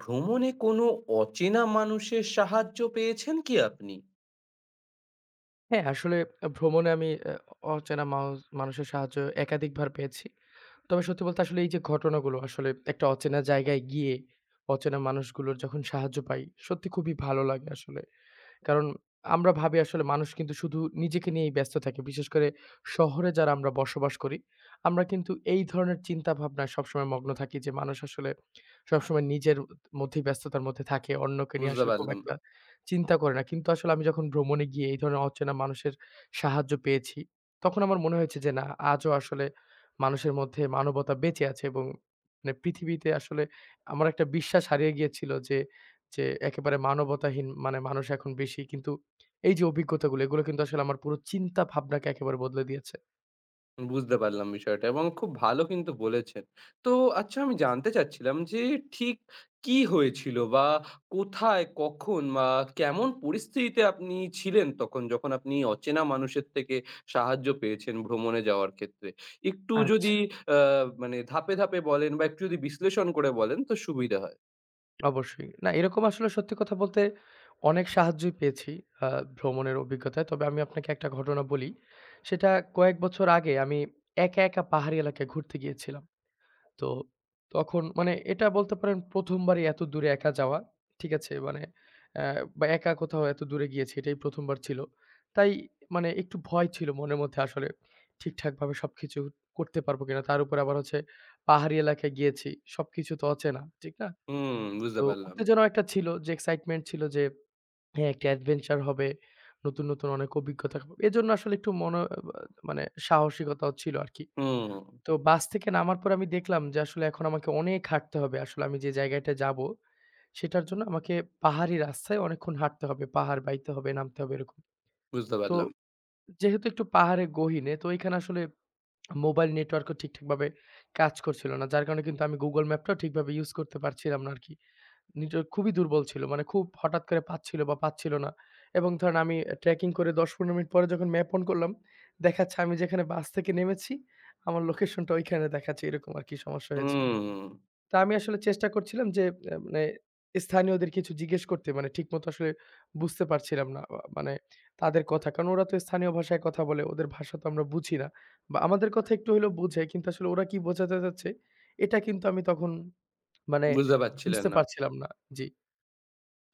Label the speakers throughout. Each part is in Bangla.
Speaker 1: ভ্রমণে কোনো অচেনা মানুষের সাহায্য পেয়েছেন কি আপনি?
Speaker 2: হ্যাঁ, আসলে ভ্রমণে আমি অচেনা মানুষের সাহায্য একাধিকবার পেয়েছি। তবে সত্যি বলতে আসলে এই যে ঘটনাগুলো আসলে একটা অচেনা জায়গায় গিয়ে অচেনা মানুষগুলোর যখন সাহায্য পাই, সত্যি খুবই ভালো লাগে আসলে। কারণ আমরা ভাবি আসলে মানুষ কিন্তু শুধু নিজেকে নিয়েই ব্যস্ত থাকে। বিশেষ করে শহরে যারা আমরা বসবাস করি, আমরা কিন্তু এই ধরনের চিন্তাভাবনায় সবসময় মগ্ন থাকি যে মানুষ আসলে সবসময় নিজের মধ্যেই ব্যস্ততার মধ্যে থাকে। অন্যকে নিয়ে
Speaker 1: বুঝতে
Speaker 2: আসলে খুব
Speaker 1: পারলাম।
Speaker 2: একটা চিন্তা করে না। কিন্তু আসলে আমি যখন ভ্রমণে গিয়ে এই ধরনের অচেনা মানুষের সাহায্য পেয়েছি, তখন আমার মনে হয়েছে যে না আজও আসলে মানুষের মধ্যে মানবতা বেঁচে আছে এবং মানে পৃথিবীতে আসলে আমার একটা বিশ্বাস হারিয়ে গিয়েছিল যে যে একেবারে মানবতাহীন মানে মানুষ এখন বেশি। কিন্তু এই যে অভিজ্ঞতাগুলো এগুলো কিন্তু আসলে আমার পুরো চিন্তা ভাবনাকে একেবারে বদলে দিয়েছে।
Speaker 1: বুঝতে পারলাম বিষয়টা এবং খুব ভালো কিন্তু বলেছেন। তো আচ্ছা আমি জানতে চাচ্ছিলাম যে ঠিক কি হয়েছিল বা কোথায়, কখন বা কেমন পরিস্থিতিতে আপনি ছিলেন তখন যখন আপনি অচেনা মানুষের থেকে সাহায্য পেয়েছেন ভ্রমণে যাওয়ার ক্ষেত্রে? একটু
Speaker 2: আচ্ছা।
Speaker 1: যদি আ মানে ধাপে, ধাপে বলেন বা একটু যদি বিশ্লেষণ করে বলেন তো সুবিধা হয়।
Speaker 2: অবশ্যই। না এরকম আসলে সত্যি কথা বলতে অনেক সাহায্যই পেয়েছি আ ভ্রমণের অভিজ্ঞতায়। তবে আমি আপনাকে একটা ঘটনা বলি। সেটা কয়েক বছর আগে আমি একা, একা পাহাড়ি এলাকায় ঘুরতে গিয়েছিলাম। তো তখন মানে এটা বলতে পারেন ১ম বারই এত দূরে একা যাওয়া। ঠিক আছে? মানে অ্যা বা একা কোথাও এত দূরে গিয়েছি এটাই ১ম বার ছিল। তাই মানে একটু ভয় ছিল মনের মধ্যে আসলে ঠিকঠাকভাবে সবকিছু করতে পারবো কিনা। তার উপরে আবার হচ্ছে পাহাড়ি এলাকায় গিয়েছি। সবকিছু তো অচেনা, ঠিক না?
Speaker 1: হুম, বুঝতে
Speaker 2: তো
Speaker 1: পারলাম।
Speaker 2: উত্তেজনাও একটা ছিল যে এক্সাইটমেন্ট ছিল যে হ্যাঁ, একটা অ্যাডভেঞ্চার হবে। নতুন, নতুন অনেক অভিজ্ঞতা হবে, এজন্য আসলে একটু মানে সাহসিকতাও ছিল আরকি।
Speaker 1: হুম,
Speaker 2: তো বাস থেকে নামার পর আমি দেখলাম যে আসলে এখন আমাকে অনেক হাঁটতে হবে। আসলে আমি যে জায়গাটায় যাবো, সেটার জন্য আমাকে পাহাড়ি রাস্তায় অনেকক্ষণ হাঁটতে হবে। পাহাড় বাইতে হবে, নামতে হবে এরকম।
Speaker 1: বুঝতে
Speaker 2: তো
Speaker 1: পারলাম।
Speaker 2: যেহেতু একটু পাহাড়ে গহীনে তো এখানে আসলে মোবাইল নেটওয়ার্কও ঠিকঠাকভাবে কাজ করছিল না। যার কারণে কিন্তু আমি Google ম্যাপটাও ঠিকভাবে ইউজ করতে পারছিলাম না আরকি। নিজ খুবই দুর্বল ছিল। মানে খুব হঠাৎ করে পাচ্ছিল বা পাচ্ছিল না। এবং ধরেন আমি ট্রেকিং করে ১০-১৫ মিনিট পরে যখন ম্যাপ অন করলাম, দেখাচ্ছে আমি যেখানে বাস থেকে নেমেছি, আমার লোকেশনটা ওইখানে দেখাচ্ছে। এরকম আরকি সমস্যা হয়েছিল।
Speaker 1: হুম,
Speaker 2: তা আমি আসলে চেষ্টা করছিলাম যে মানে স্থানীয়দের কিছু জিজ্ঞেস করতে মানে ঠিকমতো আসলে বুঝতে পারছিলাম না। মানে তাদের কথা। কারণ ওরা তো স্থানীয় ভাষায় কথা বলে। ওদের ভাষা তো আমরা বুঝি না। বা আমাদের কথা একটু হইলেও বুঝে। কিন্তু আসলে ওরা কি বোঝাতে চাচ্ছে, এটা কিন্তু আমি তখন মানে
Speaker 1: বুঝতে পারছিলেন
Speaker 2: বুঝতে
Speaker 1: না।
Speaker 2: পারছিলাম না। জি।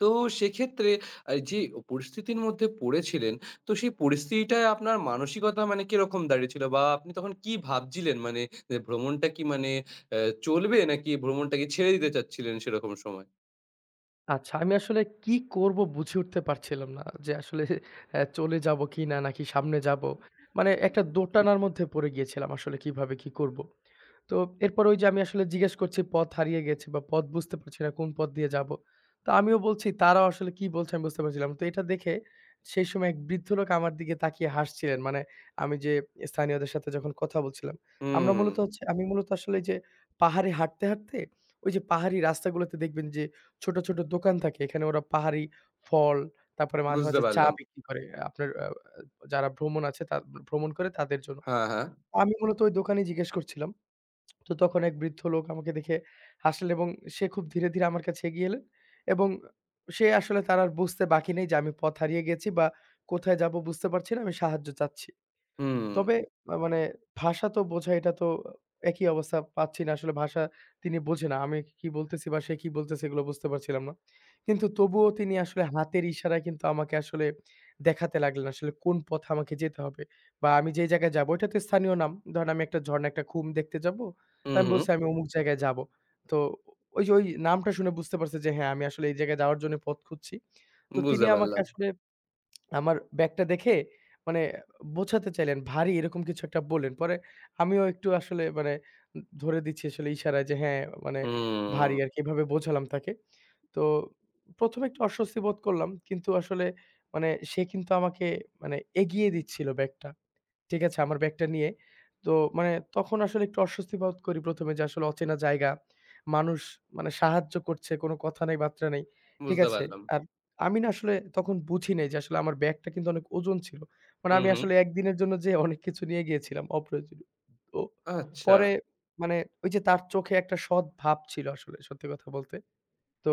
Speaker 1: তো সেক্ষেত্রে যে পরিস্থিতির মধ্যে পড়েছিলেন, তো সেই পরিস্থিতিটায় আপনার মানসিকতা মানে কিরকম দাঁড়িয়েছিল? বা আপনি তখন কি ভাবছিলেন? মানে যে ভ্রমণটা কি মানে আ চলবে নাকি ভ্রমণটাকে ছেড়ে দিতে চাচ্ছিলেন সেরকম সময়?
Speaker 2: আচ্ছা, আমি আসলে কি করব বুঝে উঠতে পারছিলাম না। যে আসলে চলে যাব কিনা নাকি সামনে যাব? মানে একটা দোটানার মধ্যে পড়ে গিয়েছিলাম আসলে কিভাবে কি করব? তো এরপর ওই যে আমি আসলে জিজ্ঞেস করছি পথ হারিয়ে গেছে বা পথ বুঝতে পারছি না কোন পথ দিয়ে যাব। তো আমিও বলছি তারাও আসলে কি বলছে আমি বুঝতে পারছিলাম। তো এটা দেখে সেই সময় এক বৃদ্ধ লোক আমার দিকে তাকিয়ে হাসছিলেন। মানে আমি যে স্থানীয়দের সাথে যখন কথা বলছিলাম। আমরা
Speaker 1: হুম,
Speaker 2: মূলত হচ্ছে আমি মূলত আসলে যে পাহাড়ে হাঁটতে, হাঁটতে ওই যে পাহাড়ি রাস্তাগুলোতে দেখবেন যে ছোট, ছোট দোকান থাকে। এখানে ওরা পাহাড়ি ফল, তারপরে মাঝে,
Speaker 1: বুঝতে
Speaker 2: মাঝে চা
Speaker 1: পারলাম।
Speaker 2: বিক্রি করে। আপনার যারা ভ্রমণ আছে তা ভ্রমণ করে তাদের জন্য।
Speaker 1: হ্যাঁ, হ্যাঁ।
Speaker 2: আমি মূলত ওই দোকানেই জিজ্ঞেস করছিলাম। তো তখন এক বৃদ্ধ লোক আমাকে দেখে হাসলেন এবং সে খুব ধীরে, ধীরে আমার কাছে এগিয়ে এলেন এবং সে আসলে তার আর বুঝতে বাকি নেই যে আমি পথ হারিয়ে গেছি বা কোথায় যাবো বুঝতে পারছি না। আমি সাহায্য চাচ্ছি।
Speaker 1: হুম,
Speaker 2: তবে মানে ভাষা তো বোঝা এটা তো একই অবস্থা পাচ্ছি না। আসলে ভাষা তিনি বোঝে না। আমি কি বলতেছি বা সে কি বলতেছে এগুলো বুঝতে পারছিলাম না। কিন্তু তবুও তিনি আসলে হাতের ইশারায় কিন্তু আমাকে আসলে দেখাতে লাগলেন আসলে কোন পথে আমাকে যেতে হবে। বা আমি যেই জায়গায় যাবো এটা তো স্থানীয় নাম। ধরেন আমি একটা ঝর্ণা, একটা খুম দেখতে যাবো। তো
Speaker 1: হুম,
Speaker 2: আমি
Speaker 1: হুম।
Speaker 2: বলছি আমি অমুক জায়গায় যাবো। তো ওই যে ওই নামটা শুনে বুঝতে পারছে যে হ্যাঁ, আমি আসলে এই জায়গায় যাওয়ার জন্য পথ খুঁজছি। তো তিনি
Speaker 1: বুঝতে
Speaker 2: আমাকে
Speaker 1: পারলাম।
Speaker 2: আসলে আমার ব্যাগটা দেখে মানে বোঝাতে চাইলেন ভারী এরকম কিছু একটা বললেন। পরে আমিও একটু আসলে মানে ধরে দিচ্ছি আসলে ইশারায় যে হ্যাঁ, মানে
Speaker 1: হুম,
Speaker 2: ভারী আরকি এভাবে বোঝালাম তাকে। তো ১ম এ একটু অস্বস্তি বোধ করলাম। কিন্তু আসলে মানে সে কিন্তু আমাকে মানে এগিয়ে দিচ্ছিল ব্যাগটা। ঠিক আছে আমার ব্যাগটা নিয়ে। তো মানে তখন আসলে একটু অস্বস্তি বোধ করি ১ম এ যে আসলে অচেনা জায়গা। মানুষ মানে সাহায্য করছে, কোনো কথা নাই, বার্তা নাই। ঠিক
Speaker 1: বুঝতে
Speaker 2: আছে?
Speaker 1: পারলাম।
Speaker 2: আর আমি না আসলে তখন বুঝি নাই যে আসলে আমার ব্যাগটা কিন্তু অনেক ওজন ছিল। মানে
Speaker 1: হুম,
Speaker 2: আমি
Speaker 1: হুম।
Speaker 2: আসলে একদিনের জন্য যেয়ে অনেক কিছু নিয়ে গিয়েছিলাম অপ্রয়োজনীয়। তো
Speaker 1: আচ্ছা।
Speaker 2: পরে মানে ওই যে তার চোখে একটা সৎ ভাব ছিল আসলে সত্যি কথা বলতে। তো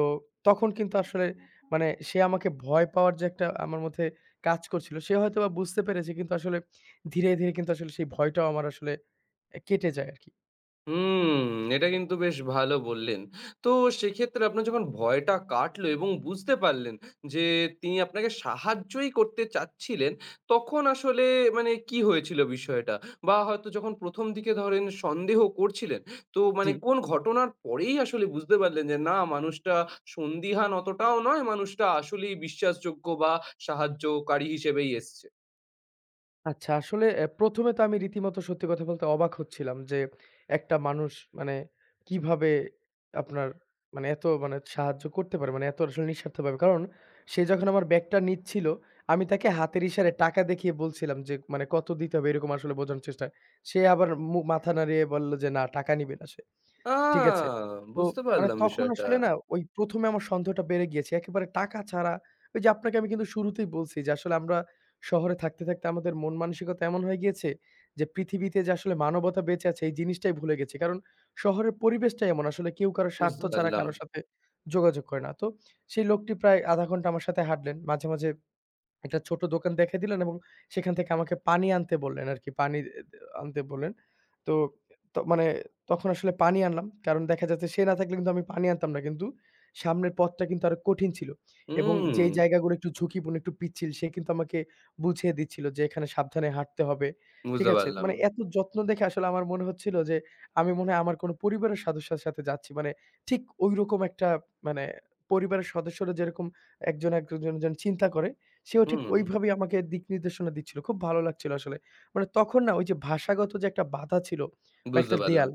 Speaker 2: তখন কিন্তু আসলে মানে সে আমাকে ভয় পাওয়ার যে একটা আমার মধ্যে কাজ করছিল, সে হয়তোবা বুঝতে পেরেছে কিন্তু আসলে ধীরে, ধীরে কিন্তু আসলে সেই ভয়টাও আমার আসলে কেটে যায় আরকি।
Speaker 1: হুম, এটা কিন্তু বেশ ভালো বললেন। তো সেক্ষেত্রে আপনার যখন ভয়টা কাটলো এবং বুঝতে পারলেন যে তিনি আপনাকে সাহায্যই করতে চাচ্ছিলেন, তখন আসলে মানে কি হয়েছিল বিষয়টা? বা হয়তো যখন ১ম দিকে ধরেন সন্দেহ করছিলেন, তো মানে
Speaker 2: জি।
Speaker 1: কোন ঘটনার পরেই আসলে বুঝতে পারলেন যে না মানুষটা সন্দিহান অতটাও নয়, মানুষটা আসলেই বিশ্বাসযোগ্য বা সাহায্যকারী হিসেবেই এসছে।
Speaker 2: আচ্ছা, আসলে ১ম এ তো আমি রীতিমতো সত্যি কথা বলতে অবাক হচ্ছিলাম যে, একটা মানুষ মানে কিভাবে আপনার মানে এত মানে সাহায্য করতে পারে? মানে এত আসলে নিঃস্বার্থভাবে। কারণ সে যখন আমার ব্যাগটা নিচ্ছিল, আমি তাকে হাতের ইশারায় টাকা দেখিয়ে বলছিলাম যে, মানে কত দিতে হবে? এরকম আসলে বোঝানোর চেষ্টা। সে আবার মাথা নাড়িয়ে বলল যে, "না টাকা নিবে না।"
Speaker 1: আ
Speaker 2: ঠিক আছে। তো
Speaker 1: বুঝতে
Speaker 2: মানে
Speaker 1: পারলাম
Speaker 2: তখন
Speaker 1: বিষয়টা।
Speaker 2: আসলে না ওই ১ম এ আমার সন্দেহটা বেড়ে গিয়েছে। একেবারে টাকা ছাড়া ওই যে আপনাকে আমি কিন্তু শুরুতেই বলছি যে আসলে আমরা শহরে থাকতে, থাকতে আমাদের মন মানসিকতা এমন হয়ে গিয়েছে যে পৃথিবীতে যে আসলে মানবতা বেঁচে আছে এই জিনিসটাই ভুলে গেছি। কারণ শহরের পরিবেশটাই এমন আসলে কেউ কারো স্বার্থ
Speaker 1: বুঝতে
Speaker 2: ছাড়া
Speaker 1: পারলাম।
Speaker 2: কারো সাথে যোগাযোগ করে না। তো সেই লোকটি প্রায় ০.৫ ঘন্টা আমার সাথে হাঁটলেন। মাঝে, মাঝে একটা ছোট দোকান দেখাই দিলেন এবং সেখান থেকে আমাকে পানি আনতে বললেন আরকি। পানি এ দে আনতে বললেন। তো মানে তখন আসলে পানি আনলাম। কারণ দেখা যাচ্ছে সে না থাকলে কিন্তু আমি পানি আনতাম না। কিন্তু সামনের পথটা কিন্তু আরো কঠিন ছিল। এবং
Speaker 1: হুম।
Speaker 2: যেই জায়গাগুলো একটু ঝুঁকিপূর্ণ, একটু পিচ্ছিল সে কিন্তু আমাকে বুঝিয়ে দিচ্ছিল যে এখানে সাবধানে হাঁটতে হবে। ঠিক
Speaker 1: বুঝতে
Speaker 2: আছে?
Speaker 1: পারলাম।
Speaker 2: মানে এত যত্ন দেখে আসলে আমার মনে হচ্ছিল যে আমি মনে হয় আমার কোনো পরিবারের সদস্যের সাথে যাচ্ছি। মানে ঠিক ঐরকম একটা মানে পরিবারের সদস্যরা যেরকম একজন, একজন চিন্তা করে সেও ঠিক
Speaker 1: হুম,
Speaker 2: ওইভাবেই আমাকে দিক নির্দেশনা দিচ্ছিল। খুব ভালো লাগছিল আসলে। মানে তখন না ওই যে ভাষাগত যে একটা বাধা ছিল বা
Speaker 1: বুঝতে
Speaker 2: একটা
Speaker 1: পারলাম।
Speaker 2: দেয়াল,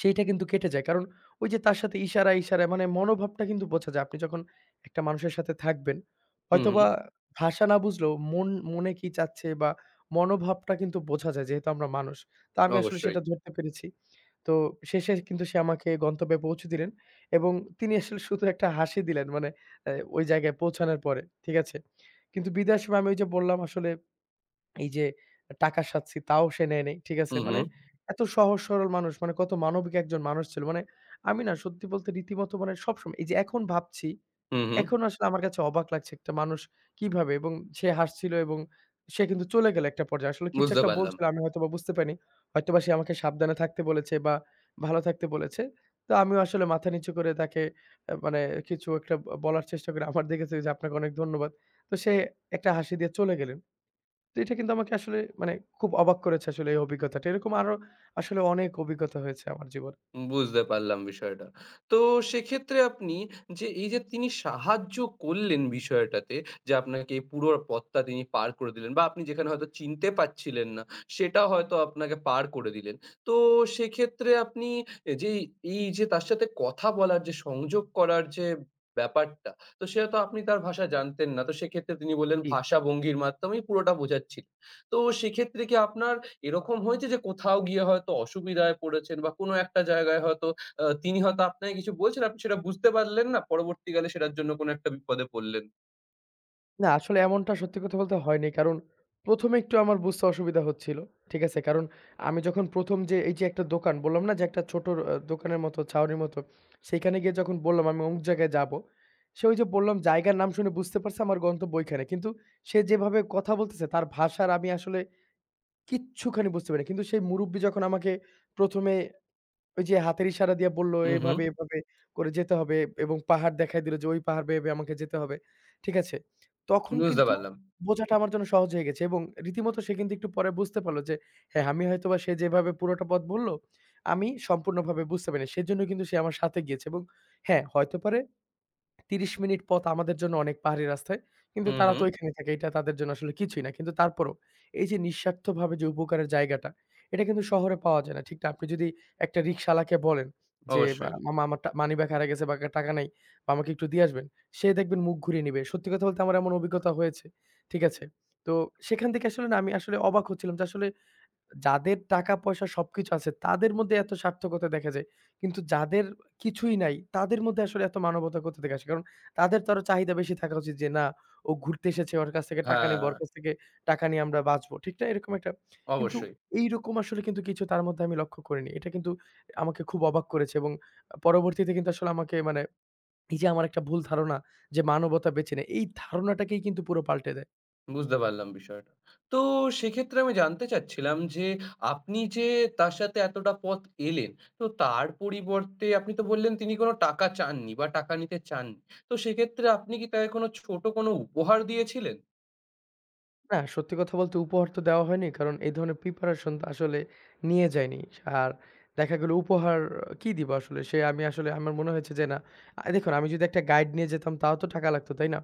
Speaker 2: সেইটা কিন্তু কেটে যায়। কারণ ওই যে তার সাথে ইশারায়, ইশারায় মানে মনোভাবটা কিন্তু বোঝা যায়। আপনি যখন একটা মানুষের সাথে থাকবেন,
Speaker 1: হু, হু,
Speaker 2: হয়তোবা ভাষা না বুঝলেও মনে কি চাচ্ছে বা মনোভাবটা কিন্তু বোঝা যায় যেহেতু আমরা মানুষ। তো আমি আসলে
Speaker 1: অবশ্যই।
Speaker 2: সেটা ধরতে পেরেছি। তো শেষে কিন্তু সে আমাকে গন্তব্যে পৌঁছে দিলেন এবং তিনি আসলে শুধু একটা হাসি দিলেন মানে ওই জায়গায় পৌঁছানোর পরে। ঠিক আছে? কিন্তু বিদায়ের সময় আমি ওই যে বললাম আসলে এই যে টাকা সাচ্ছি তাও সে নেয় নাই। ঠিক
Speaker 1: হু,
Speaker 2: আছে?
Speaker 1: হু,
Speaker 2: মানে এত সহজ সরল মানুষ মানে কত মানবিক একজন মানুষ ছিল। মানে আমি না সত্যি বলতে রীতিমতো মানে সবসময় এই যে এখন ভাবছি,
Speaker 1: হু, হু,
Speaker 2: এখন আসলে আমার কাছে অবাক লাগছে একটা মানুষ কিভাবে এবং সে হাসছিল এবং সে কিন্তু চলে গেল একটা পর্যায়ে। আসলে কিছু
Speaker 1: বুঝতে
Speaker 2: একটা
Speaker 1: পারলাম।
Speaker 2: বলছিল আমি হয়তোবা বুঝতে পারিনি। হয়তোবা সে আমাকে সাবধানে থাকতে বলেছে বা ভালো থাকতে বলেছে। তো আমিও আসলে মাথা নিচু করে তাকে মানে কিছু একটা বলার চেষ্টা করি। আমার দেখেছে যে আপনাকে অনেক ধন্যবাদ। তো সে একটা হাসি দিয়ে চলে গেলেন। তো এটা কিন্তু আমাকে আসলে মানে খুব অবাক করেছে আসলে এই অভিজ্ঞতাটা। এরকম আরো আসলে অনেক অভিজ্ঞতা হয়েছে আমার জীবনে।
Speaker 1: বুঝতে পারলাম বিষয়টা। তো সেক্ষেত্রে আপনি যে এই যে তিনি সাহায্য করলেন বিষয়টাতে যে আপনাকে এই পুরো পথটা তিনি পার করে দিলেন বা আপনি যেখানে হয়তো চিনতে পারছিলেন না সেটা হয়তো আপনাকে পার করে দিলেন। তো সেক্ষেত্রে আপনি এ যেই এই যে তার সাথে কথা বলার যে সংযোগ করার যে ব্যাপারটা তো সেটা তো আপনি তার ভাষা জানতেন না। তো সেক্ষেত্রে তিনি বললেন
Speaker 2: জি।
Speaker 1: ভাষা ভঙ্গির মাধ্যমেই পুরোটা বোঝাচ্ছিলেন। তো সেক্ষেত্রে কি আপনার এরকম হয়েছে যে কোথাও গিয়ে হয়তো অসুবিধায় পড়েছেন বা কোনো একটা জায়গায় হয়তো তিনি হয়তো আপনাকে কিছু বলছেন, আপনি সেটা বুঝতে পারলেন না। পরবর্তীকালে সেটার জন্য কোনো একটা বিপদে পড়লেন।
Speaker 2: না আসলে এমনটা সত্যি কথা বলতে হয়নি। কারণ ১ম এ একটু আমার বুঝতে অসুবিধা হচ্ছিল। ঠিক আছে? কারণ আমি যখন ১ম যে এই যে একটা দোকান বললাম না যে একটা ছোট দোকানের মতো ছাউনির মতো, সেখানে গিয়ে যখন বললাম আমি অমুক জায়গায় যাবো, সে ওই যে বললাম জায়গার নাম শুনে বুঝতে পারছে আমার গন্তব্য ওইখানে। কিন্তু সে যেভাবে কথা বলতেছে তার ভাষার আমি আসলে কিচ্ছুখানি বুঝতে পারিনি। কিন্তু সেই মুরুব্বি যখন আমাকে ১ম এ ওই যে হাতের ইশারা দিয়ে বলল,
Speaker 1: হুম, হুম।
Speaker 2: এভাবে, এভাবে করে যেতে হবে এবং পাহাড় দেখায় দিল যে ওই পাহাড় বেয়ে, বেয়ে আমাকে যেতে হবে। ঠিক আছে? তখন
Speaker 1: বুঝতে
Speaker 2: কিন্তু
Speaker 1: পারলাম।
Speaker 2: বোঝাটা আমার জন্য সহজ হয়ে গেছে এবং রীতিমতো সে কিন্তু একটু পরে বুঝতে পারল যে হ্যাঁ, আমি হয়তোবা সে যেভাবে পুরোটা পথ বলল, আমি সম্পূর্ণভাবে বুঝতে পারিনি। সেজন্য কিন্তু সে আমার সাথে গিয়েছে এবং হ্যাঁ, হয়তো পারে ৩০ মিনিট পথ আমাদের জন্য অনেক পাহাড়ি রাস্তায়। কিন্তু
Speaker 1: হুম,
Speaker 2: তারা
Speaker 1: হুম।
Speaker 2: তো ঐখানে থাকে। এটা তাদের জন্য আসলে কিছুই না। কিন্তু তারপরও এই যে নিঃস্বার্থভাবে যে উপকারের জায়গাটা, এটা কিন্তু শহরে পাওয়া যায় না। ঠিক না? আপনি যদি একটা রিক্শাওয়ালাকে বলেন যে, "বা
Speaker 1: অবশ্যই।
Speaker 2: মামা আমার মানিব্যাগ হারায় গেছে বা টাকা নাই বা আমাকে একটু দিয়ে আসবেন।" সে দেখবেন মুখ ঘুরিয়ে নিবে। সত্যি কথা বলতে আমার এমন অভিজ্ঞতা হয়েছে। ঠিক আছে? তো সেখান থেকে আসলে না আমি আসলে অবাক হচ্ছিলাম যে আসলে যাদের টাকা-পয়সা সবকিছু আছে তাদের মধ্যে এত স্বার্থকতা দেখা যায়। কিন্তু যাদের কিছুই নাই তাদের মধ্যে আসলে এত মানবতা কোথা থেকে আসে? কারণ তাদের তো আরো চাহিদা বেশি থাকা উচিত যে, "না, ও ঘুরতে এসেছে ওর কাছ থেকে টাকা
Speaker 1: হ্যাঁ,
Speaker 2: নিবো, ওর কাছ থেকে টাকা নিয়ে আমরা বাঁচবো।" ঠিক না? এরকম একটা কিন্তু
Speaker 1: অবশ্যই।
Speaker 2: এইরকম আসলে কিন্তু কিছু তার মধ্যে আমি লক্ষ্য করিনি। এটা কিন্তু আমাকে খুব অবাক করেছে এবং পরবর্তীতে কিন্তু আসলে আমাকে মানে এই যে আমার একটা ভুল ধারণা যে মানবতা বেঁচে নেই, এই ধারণাটাকেই কিন্তু পুরো পাল্টে দেয়।
Speaker 1: বুঝতে পারলাম বিষয়টা। তো সেক্ষেত্রে আমি জানতে চাচ্ছিলাম যে আপনি যে তার সাথে এতটা পথ এলেন, তো তার পরিবর্তে আপনি তো বললেন তিনি কোনো টাকা চাননি বা টাকা নিতে চাননি। তো সেক্ষেত্রে আপনি কি তাকে কোনো ছোট কোনো উপহার দিয়েছিলেন?
Speaker 2: না, সত্যি কথা বলতে উপহার তো দেওয়া হয়নি। কারণ এই ধরনের প্রিপারেশন তো আসলে নিয়ে যাইনি। আর দেখা গেল উপহার কি দিব আসলে? সে আমি আসলে আমার মনে হয়েছে যে না দেখুন আমি যদি একটা গাইড নিয়ে যেতাম তাও তো টাকা লাগতো, তাই না?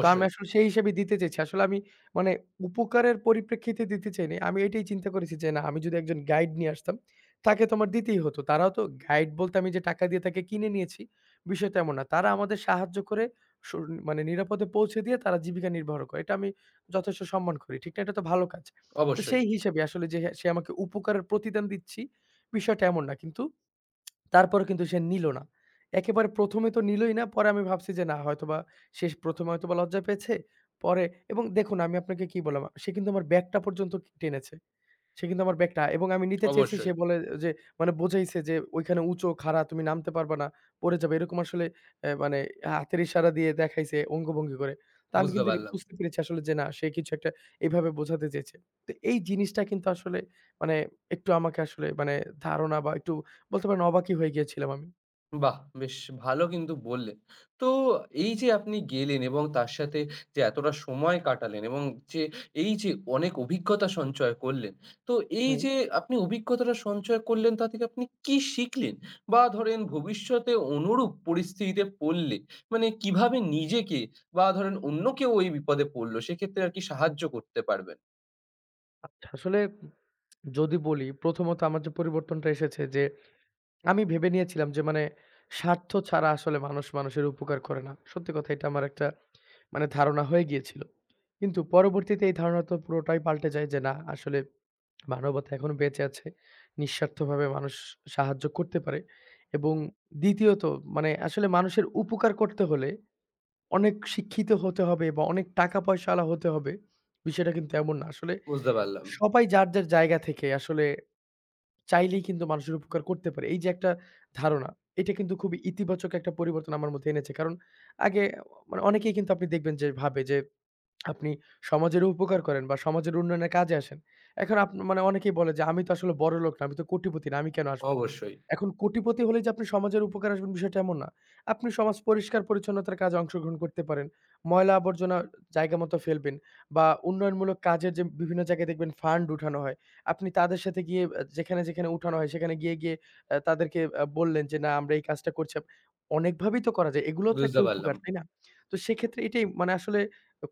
Speaker 2: তো আমি আসলে সেই হিসেবে দিতে চেয়েছি। আসলে আমি মানে উপকারের পরিপ্রেক্ষিতে দিতে চাইনি। আমি এটাই চিন্তা করেছি যে না আমি যদি একজন গাইড নিয়ে আসতাম, তাকে তো আমার দিতেই হতো। তারাও তো গাইড বলতে আমি যে টাকা দিয়ে তাকে কিনে নিয়েছি, বিষয়টা এমন না। তারা আমাদের সাহায্য করে সু মানে নিরাপদে পৌঁছে দিয়ে তারা জীবিকা নির্বাহ করে। এটা আমি যথেষ্ট সম্মান করি। ঠিক না? এটা তো ভালো কাজ। তো
Speaker 1: অবশ্যই,
Speaker 2: সেই হিসেবে আসলে যে সে আমাকে উপকারের প্রতিদান দিচ্ছি, বিষয়টা এমন না। কিন্তু তারপরও কিন্তু সে নিল না। একেবারে ১ম এ তো নিলই না। পরে আমি ভাবছি যে না হয়তোবা সে ১ম এ হয়তোবা লজ্জা পেয়েছে। পরে এবং দেখুন আমি আপনাকে কি বললাম, সে কিন্তু আমার ব্যাগটা পর্যন্ত টেনেছে। সে কিন্তু আমার ব্যাগটা এবং আমি নিতে চেয়েছি সে
Speaker 1: অবশ্যই।
Speaker 2: বলে যে মানে বোঝাইছে যে ওইখানে উঁচু, খাড়া তুমি নামতে পারবা না, পড়ে যাবে। এরকম আসলে মানে হাতের ইশারা দিয়ে দেখাইছে অঙ্গভঙ্গি করে। তো আমি
Speaker 1: বুঝতে
Speaker 2: কিন্তু
Speaker 1: পারলাম।
Speaker 2: বুঝতে পেরেছি আসলে যে না সে কিছু একটা এভাবে বোঝাতে চেয়েছে। তো এই জিনিসটা কিন্তু আসলে মানে একটু আমাকে আসলে মানে ধারণা বা একটু বলতে পারেন অবাকই হয়ে গিয়েছিলাম আমি।
Speaker 1: বাহ! বেশ ভালো কিন্তু বললেন। তো এই যে আপনি গেলেন এবং তার সাথে যে এতটা সময় কাটালেন এবং যে এই যে অনেক অভিজ্ঞতা সঞ্চয় করলেন, তো এই
Speaker 2: হুম।
Speaker 1: যে আপনি অভিজ্ঞতাটা সঞ্চয় করলেন তা থেকে আপনি কি শিখলেন? বা ধরেন ভবিষ্যতে অনুরূপ পরিস্থিতিতে পড়লে মানে কিভাবে নিজেকে বা ধরেন অন্য কেউ এই বিপদে পড়ল সেক্ষেত্রে আরকি সাহায্য করতে পারবেন?
Speaker 2: আচ্ছা আসলে যদি বলি প্রথমত আমার যে পরিবর্তনটা এসেছে যে আমি ভেবে নিয়েছিলাম যে মানে স্বার্থ ছাড়া আসলে মানুষ মানুষের উপকার করে না। সত্যি কথা এটা আমার একটা মানে ধারণা হয়ে গিয়েছিল। কিন্তু পরবর্তীতে এই ধারণা তো পুরোটাই পাল্টে যায় যে না আসলে মানবতা এখনো বেঁচে আছে। নিঃস্বার্থভাবে মানুষ সাহায্য করতে পারে এবং দ্বিতীয়ত মানে আসলে মানুষের উপকার করতে হলে অনেক শিক্ষিত হতে হবে বা অনেক টাকা পয়সাওয়ালা হতে হবে। বিষয়টা কিন্তু এমন না। আসলে
Speaker 1: বুঝতে পারলাম।
Speaker 2: সবাই যার, যার জায়গা থেকে আসলে চাইলেই কিন্তু মানুষের উপকার করতে পারে। এই যে একটা ধারণা, এটা কিন্তু খুবই ইতিবাচক একটা পরিবর্তন আমার মধ্যে এনেছে। কারণ আগে মানে অনেকেই কিন্তু আপনি দেখবেন যে ভাবে যে আপনি সমাজেরও উপকার করেন বা সমাজের উন্নয়নে কাজে আসেন। এখন মানে অনেকেই বলে যে, "আমি তো আসলে বড়লোক না, আমি তো কোটিপতি না, আমি কেন আসবো?"
Speaker 1: অবশ্যই,
Speaker 2: এখন কোটিপতি হলেই যে আপনি সমাজের উপকারে আসবেন বিষয়টা এমন না। আপনি সমাজ পরিষ্কার-পরিচ্ছন্নতার কাজে অংশগ্রহণ করতে পারেন। ময়লা-আবর্জনা জায়গা মতো ফেলবেন বা উন্নয়নমূলক কাজের যে বিভিন্ন জায়গায় দেখবেন ফান্ড উঠানো হয়। আপনি তাদের সাথে গিয়ে যেখানে, যেখানে উঠানো হয় সেখানে গিয়ে, গিয়ে তাদেরকে বললেন যে, "না আমরা এই কাজটা করছি।" অনেকভাবেই তো করা যায়। এগুলোও তো
Speaker 1: বুঝতে
Speaker 2: একটা
Speaker 1: পারলাম।
Speaker 2: উপকার, তাই না? তো সেক্ষেত্রে এটাই মানে আসলে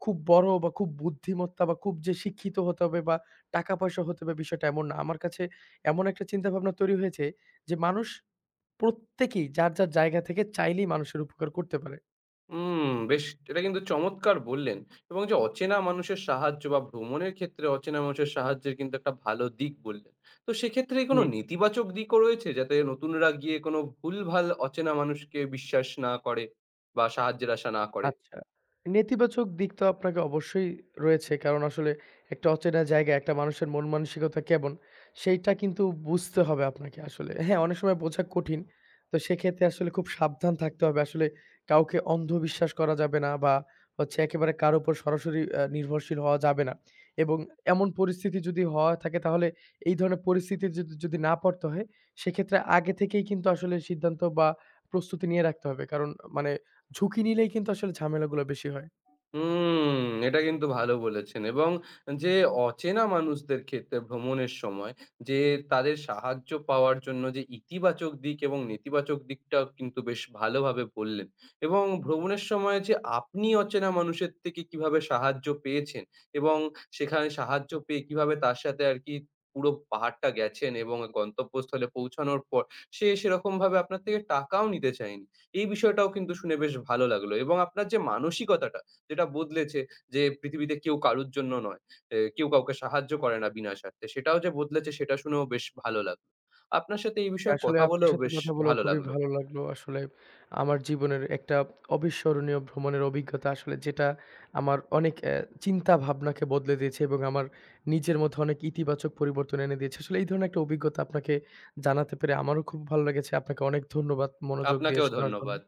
Speaker 2: খুব বড় বা খুব বুদ্ধিমত্তা বা খুব যে শিক্ষিত হতে হবে বা টাকা-পয়সা হতে হবে বিষয়টা এমন না। আমার কাছে এমন একটা চিন্তাভাবনা তৈরি হয়েছে যে মানুষ প্রত্যেকেই যার, যার জায়গা থেকে চাইলেই মানুষের উপকার করতে পারে।
Speaker 1: হুম, বেশ এটা কিন্তু চমৎকার বললেন এবং যে অচেনা মানুষের সাহায্য বা ভ্রমণের ক্ষেত্রে অচেনা মানুষের সাহায্যের কিন্তু একটা ভালো দিক বললেন। তো সেক্ষেত্রে কোনো
Speaker 2: জি।
Speaker 1: নেতিবাচক দিকও রয়েছে? যাতে নতুনরা গিয়ে কোনো ভুলভাল অচেনা মানুষকে বিশ্বাস না করে বা সাহায্যের আশা না করে?
Speaker 2: আচ্ছা। নেতিবাচক দিক তো আপনাকে অবশ্যই রয়েছে। কারণ আসলে একটা অচেনা জায়গায় একটা মানুষের মন মানসিকতা কেমন, সেইটা কিন্তু বুঝতে হবে আপনাকে আসলে। হ্যাঁ, অনেক সময় বোঝা কঠিন। তো সেক্ষেত্রে আসলে খুব সাবধান থাকতে হবে। আসলে কাউকে অন্ধবিশ্বাস করা যাবে না বা হচ্ছে একেবারে কারো উপর সরাসরি নির্ভরশীল হওয়া যাবে না। এবং এমন পরিস্থিতি যদি হওয়া থাকে তাহলে এই ধরনের পরিস্থিতি যদি যদি না পড়তে হয়, সেক্ষেত্রে আগে থেকেই কিন্তু আসলে সিদ্ধান্ত বা প্রস্তুতি নিয়ে রাখতে হবে। কারণ মানে ঝুঁকি নিলেই কিন্তু আসলে ঝামেলাগুলা বেশি হয়।
Speaker 1: হুম, এটা কিন্তু ভালো বলেছেন এবং যে অচেনা মানুষদের ক্ষেত্রে ভ্রমণের সময় যে তাদের সাহায্য পাওয়ার জন্য যে ইতিবাচক দিক এবং নেতিবাচক দিকটাও কিন্তু বেশ ভালোভাবে বললেন এবং ভ্রমণের সময় যে আপনি অচেনা মানুষের থেকে কিভাবে সাহায্য পেয়েছেন এবং সেখানে সাহায্য পেয়ে কিভাবে তার সাথে আর কি পুরো পাহাড়টা গেছেন এবং গন্তব্যস্থলে পৌঁছানোর পর সে সেরকম ভাবে আপনার থেকে টাকাও নিতে চায়নি। এই বিষয়টাও কিন্তু শুনে বেশ ভালো লাগলো এবং আপনার যে মানসিকতাটা যেটা বদলেছে যে পৃথিবীতে কেউ কারুর জন্য নয়। এ কেউ কাউকে সাহায্য করে না বিনা স্বার্থে। সেটাও যে বদলেছে সেটা শুনেও বেশ ভালো লাগলো। আপনার সাথে এই
Speaker 2: জি,
Speaker 1: বিষয়ে
Speaker 2: আসলে
Speaker 1: কথা
Speaker 2: আপনার
Speaker 1: বলেও
Speaker 2: সাথে
Speaker 1: বেশ
Speaker 2: কথা বলেও
Speaker 1: ভালো
Speaker 2: খুবই
Speaker 1: লাগলো।
Speaker 2: ভালো লাগলো। আসলে আমার জীবনের একটা অবিস্মরণীয় ভ্রমণের অভিজ্ঞতা আসলে যেটা আমার অনেক চিন্তা ভাবনাকে বদলে দিয়েছে এবং আমার নিজের মধ্যে অনেক ইতিবাচক পরিবর্তন এনে দিয়েছে। আসলে এই ধরনের একটা অভিজ্ঞতা আপনাকে জানাতে পেরে আমারও খুব ভালো লেগেছে। আপনাকে অনেক ধন্যবাদ মনোযোগ দিয়ে
Speaker 1: আপনাকেও
Speaker 2: শোনার জন্য।
Speaker 1: ধন্যবাদ।